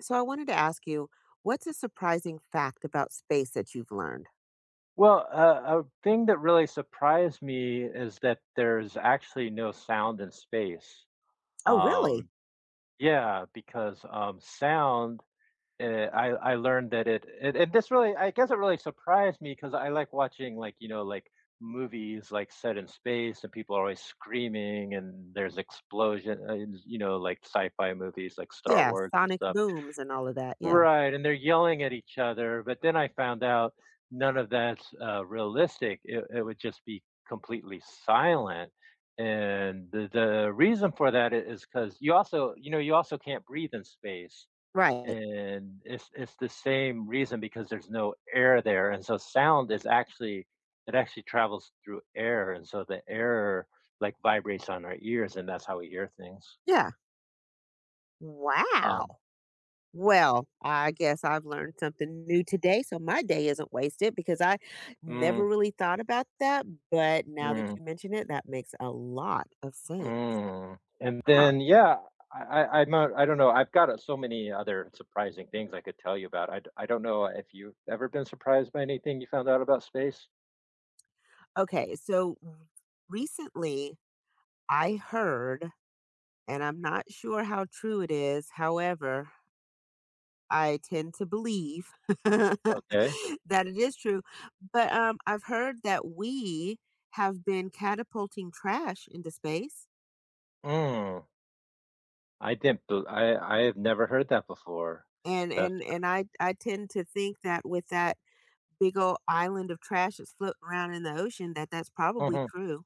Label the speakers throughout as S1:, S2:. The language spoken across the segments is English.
S1: So I wanted to ask you, what's a surprising fact about space that you've learned?
S2: Well, a thing that really surprised me is that there's actually no sound in space.
S1: Oh, really?
S2: Um, yeah, because sound, uh, I learned that it and this really, I guess it really surprised me because I like watching like you know like movies like set in space and people are always screaming and there's explosion. You know, like sci-fi movies like Star
S1: Yeah,
S2: Wars and
S1: sonic
S2: stuff.
S1: booms and all of that. Yeah.
S2: Right, and they're yelling at each other, but then I found out none of that's realistic. It would just be completely silent, and the reason for that I is 'cause you also, you know, you also can't breathe in space,
S1: Right.
S2: and it's the same reason because there's no air there, and so sound is actually it actually travels through air, and so the air, like, vibrates on our ears, and that's how we hear things.
S1: Yeah.
S2: Um
S1: Wow. Well, I guess I've learned something new today, so my day isn't wasted because I never
S2: mm,
S1: really thought about that. But now that
S2: mm.
S1: you mention it, that makes a lot of sense.
S2: Mm, and
S1: Huh.
S2: then, yeah, I don't know, I've got, so many other surprising things I could tell you about. I don't know if you've ever been surprised by anything you found out about space?
S1: Okay. Recently I heard, and I'm not sure how true it is, however, I tend to believe that
S2: Okay.
S1: it is true. But I've heard that we have been catapulting trash into space,
S2: Mm, I didn't bel I have never heard that before.
S1: and
S2: That's
S1: and and I tend to think that with that big old island of trash that's floating around in the ocean, that that's probably
S2: mhm.
S1: true.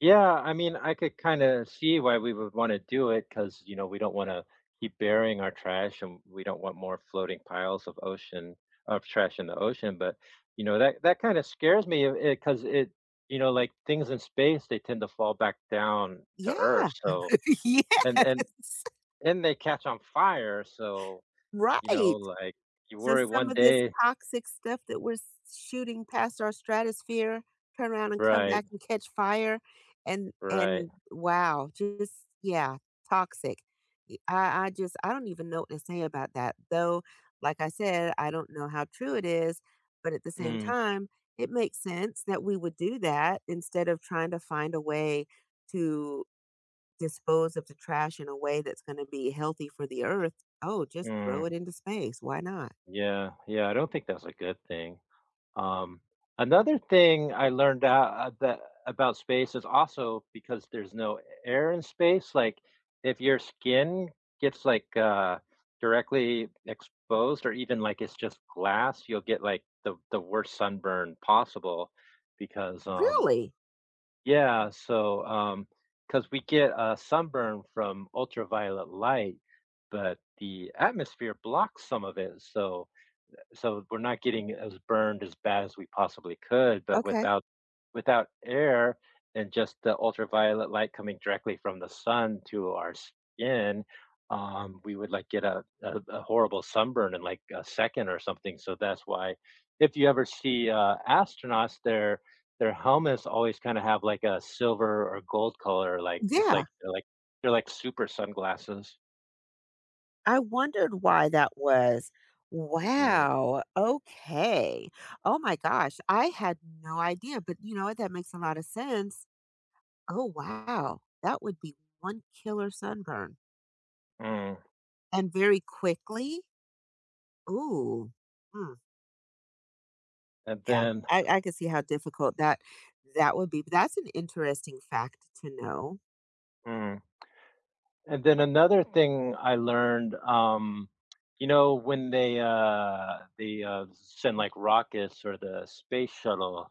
S2: Yeah, I mean, I could kind of see why we would want to do it because, you know, we don't want to keep burying our trash and we don't want more floating piles of ocean of trash in the ocean. But, you know, that that kind of scares me because it, you know, like things in space, they tend to fall back down to
S1: Yeah.
S2: earth. So,
S1: yeah.
S2: and and and they catch on fire. So, you know,
S1: Right.
S2: like you
S1: So
S2: worry
S1: some
S2: one
S1: of this
S2: day,
S1: toxic stuff that we're s shooting past our stratosphere, turn around and come
S2: right,
S1: back and catch fire,
S2: right.
S1: and wow, just yeah, toxic. Y I just I don't even know what to say about that, though, like I said, I don't know how true it is, but at the same
S2: Mm,
S1: time, it makes sense that we would do that instead of trying to find a way to dispose of the trash in a way that's gonna be healthy for the Earth. Oh, just throw
S2: mm,
S1: it into space, why not?
S2: yeah, yeah. I don't think that's a good thing. Um, Another thing I learned out that about space is also because there's no air in space. Like if your skin gets like directly exposed, or even like it's just glass, you'll get like the worst sunburn possible. Because
S1: Really?
S2: yeah, so because we get sunburn from ultraviolet light, but the atmosphere blocks some of it, so so we're not getting as burned as bad as we possibly could, but
S1: Okay.
S2: without without air and just the ultraviolet light coming directly from the sun to our skin, we would like get a horrible sunburn in like a second or something. So that's why if you ever see astronauts, their helmets always kind of have like a silver or gold color, like it's
S1: Yeah,
S2: like they're like they're like super sunglasses.
S1: I wondered why that was.
S2: Mm,
S1: Wow. Okay. Oh my gosh, I had no idea, but you know what? That makes a lot of sense. Oh, wow. That would be one killer sunburn
S2: mm.
S1: and very quickly. Ooh. Mm,
S2: And
S1: yeah,
S2: then
S1: I could see how difficult that would be. But that's an interesting fact to know.
S2: mm. And then another thing I learned, you know, when they send like rockets or the space shuttle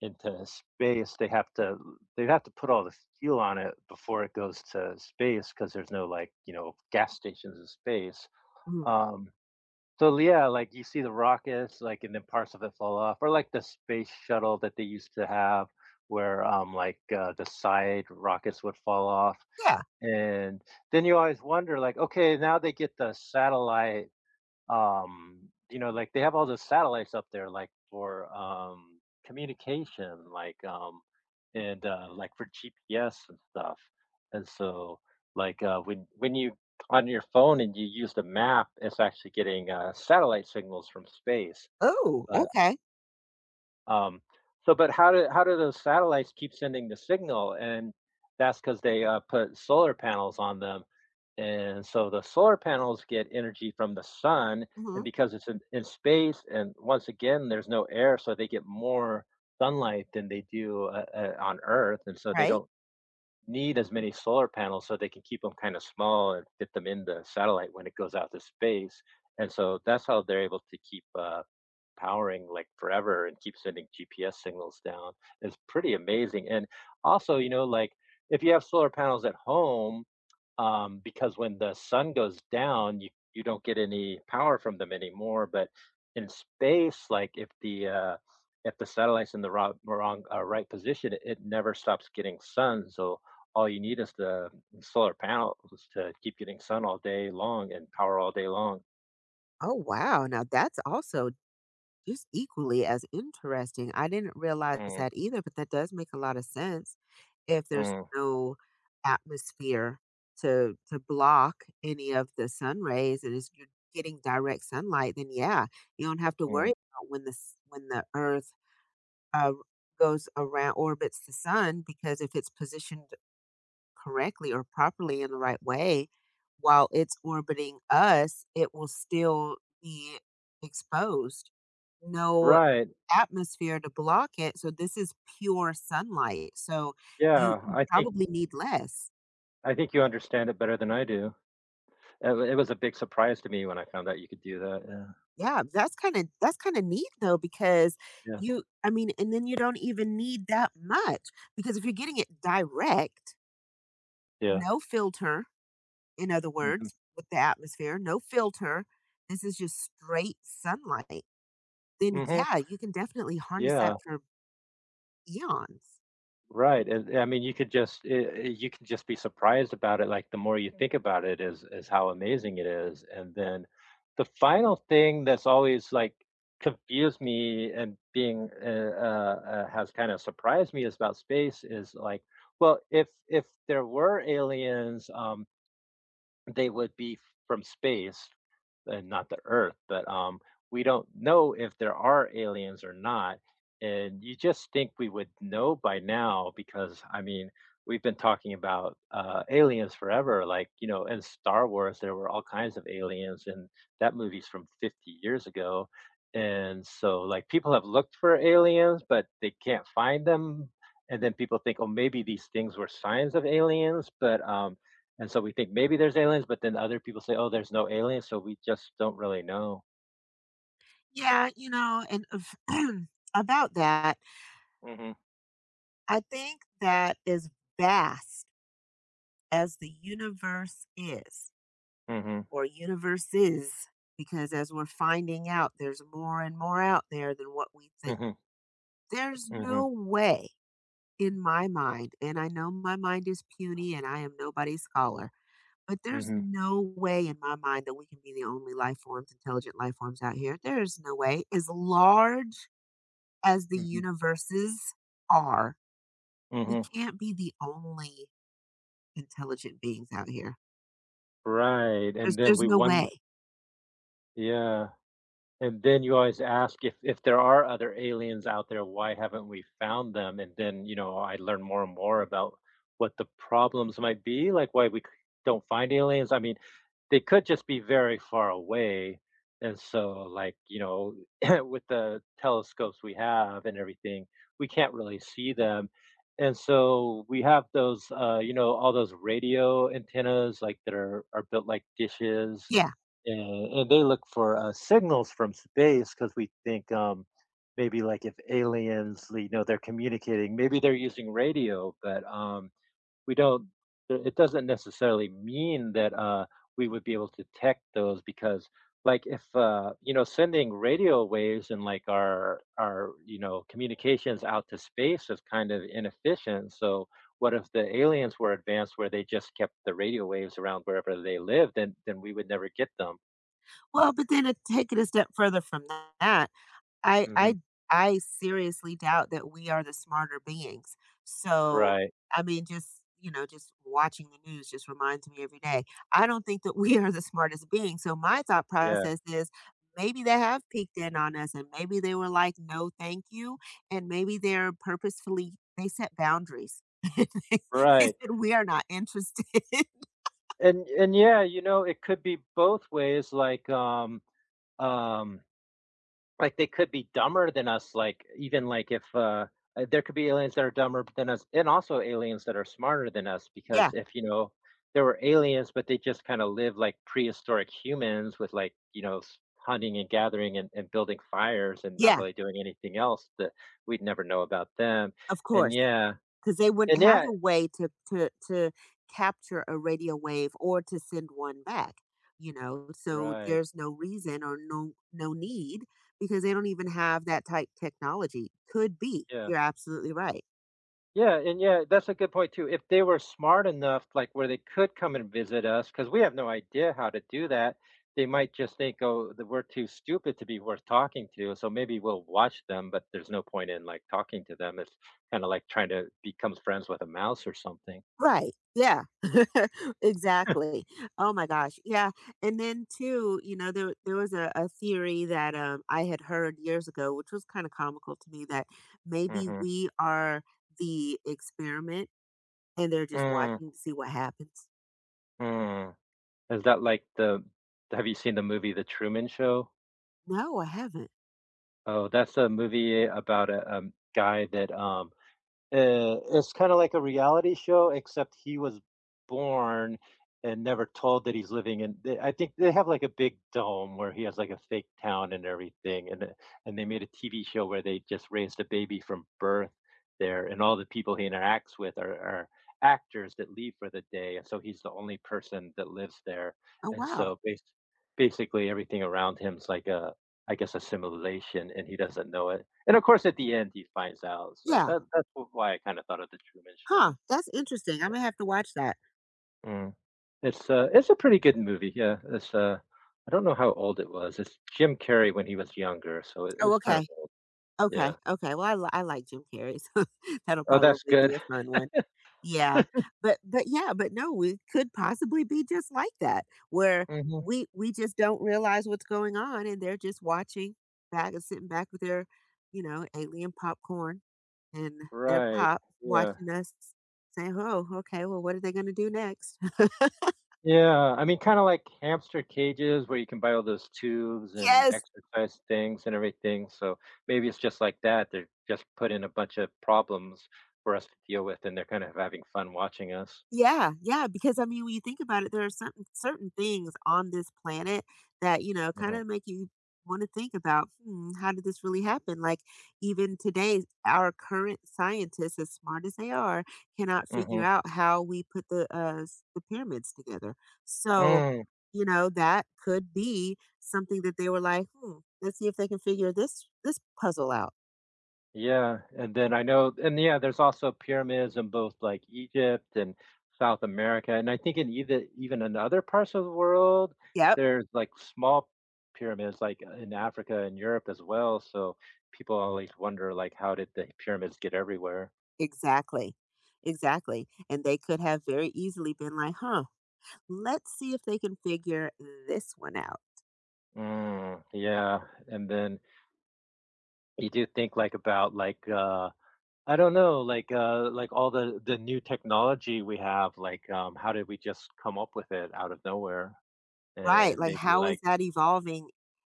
S2: into space, they have to put all the fuel on it before it goes to space because there's no, like, you know, gas stations in space.
S1: Mhm.
S2: Um, so yeah, like you see the rockets, like and then parts of it fall off, or like the space shuttle that they used to have, where the side rockets would fall off
S1: Yeah.
S2: and then you always wonder, like, okay, now they get the satellite, you know, like they have all the satellites up there, like for communication, like, and like for GPS and stuff. And so, when you on your phone and you use the map, it's actually getting satellite signals from space.
S1: Oh,
S2: But
S1: okay.
S2: um, so, but how do those satellites keep sending the signal? And that's because they put solar panels on them and so the solar panels get energy from the sun,
S1: Hmm.
S2: and because it's in space, and once again, there's no air, so they get more sunlight than they do on Earth, and so they
S1: Right.
S2: don't need as many solar panels, so they can keep them kind of small and fit them in the satellite when it goes out to space. And so that's how they're able to keep powering like forever and keep sending GPS signals down. It's pretty amazing. And also, you know, like if you have solar panels at home, because when the sun goes down, you don't get any power from them anymore. But in space, like if the satellite's in the wrong, wrong right position, it never stops getting sun. So all you need is the solar panels to keep getting sun all day long and power all day long.
S1: Oh, wow. Now that's also it's equally as interesting. I didn't realize
S2: Mm,
S1: that either, but that does make a lot of sense if there's
S2: mm,
S1: no atmosphere to block any of the sun rays and it's you're getting direct sunlight, then yeah, you don't have to worry
S2: mm.
S1: about when when the earth uh, goes around orbits the sun because if it's positioned correctly or properly in the right way while it's orbiting us, it will still be exposed no
S2: Right?
S1: atmosphere to block it, so this is pure sunlight, so you
S2: Yeah,
S1: you probably need less.
S2: I think you understand it better than I do. It, it was a big surprise to me when I found out you could do that. Yeah,
S1: Yeah, that's kinda neat though because you I mean, and then you don't even need that much because if you're getting it direct,
S2: yeah, yeah.
S1: no filter, in other words,
S2: Hmm.
S1: with the atmosphere, no filter, this is just straight sunlight, then
S2: Hmm.
S1: yeah, you can definitely harness
S2: Yeah.
S1: that for eons.
S2: Right, and I mean, you could just you can just be surprised about it, like, the more you think about it is how amazing it is, and then the final thing that's always, like, confused me and being, has kinda surprised me is about space is, like, well, if there were aliens, they would be from space and not the Earth, but we don't know if there are aliens or not. And you just think we would know by now because, I mean, we've been talking about aliens forever. Like, you know, in Star Wars, there were all kinds of aliens, and that movie's from 50 years ago. And so, like, people have looked for aliens, but they can't find them. And then people think, oh, maybe these things were signs of aliens, but and so we think maybe there's aliens, but then other people say, "Oh, there's no aliens," so we just don't really know.
S1: Yeah, you know, about that
S2: Mhm,
S1: I think that as vast as the universe is,
S2: mhm,
S1: or universes, because as we're finding out, there's more and more out there than what we think.
S2: mhm,
S1: There's
S2: mhm,
S1: no way in my mind, and I know my mind is puny and I am nobody's scholar, but there's
S2: mhm,
S1: no way in my mind that we can be the only life forms, intelligent life forms out here. There is no way. As large as the
S2: mhm,
S1: universes are, we
S2: mhm.
S1: can't be the only intelligent beings out here.
S2: Right,
S1: There's
S2: and then
S1: there's
S2: we
S1: no
S2: won.
S1: way.
S2: Yeah. And then you always ask if there are other aliens out there, why haven't we found them? And then, you know, I learn more and more about what the problems might be, like why don't find aliens. I mean, they could just be very far away. And so, like, you know, with the telescopes we have and everything, we can't really see them. And so we have those, you know, all those radio antennas, like that are built like dishes.
S1: Yeah.
S2: Yeah, and they look for signals from space because we think maybe like if aliens, you know, they're communicating, maybe they're using radio, but we don't. It doesn't necessarily mean that we would be able to detect those because, like, if you know, sending radio waves and like our, you know, communications out to space is kind of inefficient. So what if the aliens were advanced where they just kept the radio waves around wherever they lived, then we would never get them.
S1: Well, but then it take it a step further from that, I
S2: Mhm.
S1: I I seriously doubt that we are the smarter beings. So,
S2: Right.
S1: I mean, just, you know, just watching the news just reminds me every day. I don't think that we are the smartest beings. So my thought
S2: Yeah.
S1: process is maybe they have peeked in on us and maybe they were like, no, thank you. And maybe they're purposefully they set boundaries. they
S2: Right.
S1: said we are not interested.
S2: And yeah, you know, it could be both ways. Like, um, like they could be dumber than us. Like, even like if there could be aliens that are dumber than us, and also aliens that are smarter than us.
S1: yeah.
S2: Because if you know, there were aliens, but they just kind of live like prehistoric humans with like you know hunting and gathering and building fires and not
S1: Yeah,
S2: really doing anything else that we'd never know about them.
S1: of
S2: And
S1: course,
S2: yeah,
S1: because they wouldn't
S2: and
S1: have
S2: yeah,
S1: a way to capture a radio wave or to send one back, you know, so
S2: right.
S1: there's no reason or no need because they don't even have that type technology. Could be.
S2: Yeah.
S1: You're absolutely right.
S2: Yeah, and yeah, that's a good point too. If they were smart enough, like where they could come and visit us, because we have no idea how to do that, they might just think, oh, that we're too stupid to be worth talking to. So maybe we'll watch them, but there's no point in like talking to them. It's kind of like trying to become friends with a mouse or something.
S1: Right. Yeah. Exactly. Oh my gosh. Yeah, and then too, you know, there was a theory that, I had heard years ago, which was kinda comical to me that maybe
S2: Hmm.
S1: we are the experiment. And they're just
S2: Mm.
S1: watching to see what happens?
S2: Mm. Is that like the, have you seen the movie The Truman Show?
S1: No, I haven't.
S2: Oh, that's a movie about um, guy that um, it's kind of like a reality show, except he was born and never told that he's living in. They, I think they have like a big dome where he has like a fake town and everything, and they made a TV show where they just raised a baby from birth there, and all the people he interacts with are actors that leave for the day, and so he's the only person that lives there,
S1: Oh,
S2: and
S1: wow.
S2: so basically everything around him's like I guess, a simulation, and he doesn't know it. And of course, at the end, he finds out. So
S1: Yeah.
S2: that why I kind of thought of the Truman
S1: Huh,
S2: Show.
S1: that's interesting. I am gonna have to watch that.
S2: Mm. It's a pretty good movie. Yeah, it's I don't know how old it was. It's Jim Carrey when he was younger, so
S1: Oh,
S2: it's kind of
S1: okay.
S2: old.
S1: Okay,
S2: Yeah.
S1: okay. Well, I like Jim Carrey, so that'll
S2: Oh, that's
S1: probably be
S2: good.
S1: a fun one. Yeah, but yeah, but no, we could possibly be just like that, where
S2: Hmm.
S1: we just don't realize what's going on, and they're just watching back and sitting back with their, you know, alien popcorn and their
S2: Right.
S1: pop,
S2: Yeah.
S1: watching us, saying, "Oh, okay. Well, what are they going to do next?"
S2: Yeah. I mean, kind of like hamster cages where you can buy all those tubes and
S1: Yes.
S2: exercise things and everything. So maybe it's just like that. They're just put in a bunch of problems for us to deal with, and they're kind of having fun watching us.
S1: Yeah, yeah, because I mean, when you think about it, there are certain things on this planet that, you know, kind of
S2: Hmm.
S1: make you want to think about, hmm, how did this really happen? Like even today, our current scientists, as smart as they are, cannot figure
S2: Hmm.
S1: out how we put the pyramids together. So,
S2: Mm,
S1: you know, that could be something that they were like, hmm, let's see if they can figure this puzzle out.
S2: yeah, and then I know and yeah, there's also pyramids in both, like, Egypt and South America, and I think in either even in other parts of the world,
S1: Yeah,
S2: there's, like, small pyramids, like, in Africa and Europe as well, so people always wonder, like, how did the pyramids get everywhere?
S1: exactly. Exactly. And they could have very easily been like, huh, let's see if they can figure this one out.
S2: Mm, yeah, and then you do think, like, about, like, I don't know, like, all the new technology we have, like, how did we just come up with it out of nowhere?
S1: Right.
S2: And
S1: Like,
S2: maybe
S1: how is
S2: like
S1: that evolving?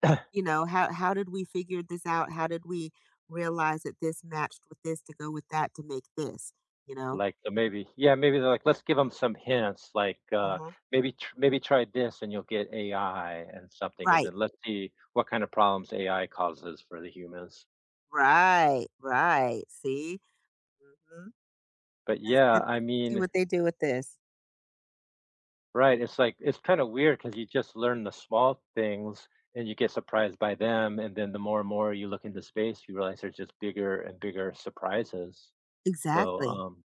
S1: I- You know, how did we figure this out? How did we realize that this matched with this to go with that to make this? You know?
S2: like maybe, yeah, maybe they're like let's give them some hints like
S1: Hmm.
S2: maybe maybe try this and you'll get AI and something and
S1: Right.
S2: then let's see what kind of problems AI causes for the humans.
S1: Right. Right. See? Hmm.
S2: But yeah,
S1: Let's
S2: I
S1: see
S2: mean,
S1: what they do with this.
S2: right, it's like it's kind of weird because you just learn the small things and you get surprised by them and then the more and more you look into space you realize there's just bigger and bigger surprises. So,
S1: Exactly.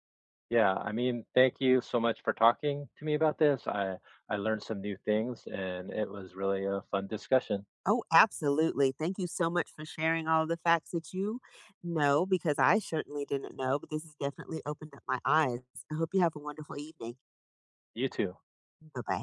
S2: yeah, I mean, thank you so much for talking to me about this. I learned some new things, and it was really a fun discussion.
S1: Oh, absolutely. Thank you so much for sharing all of the facts that you know because I certainly didn't know, but this has definitely opened up my eyes. I hope you have a wonderful evening.
S2: You too.
S1: Bye bye.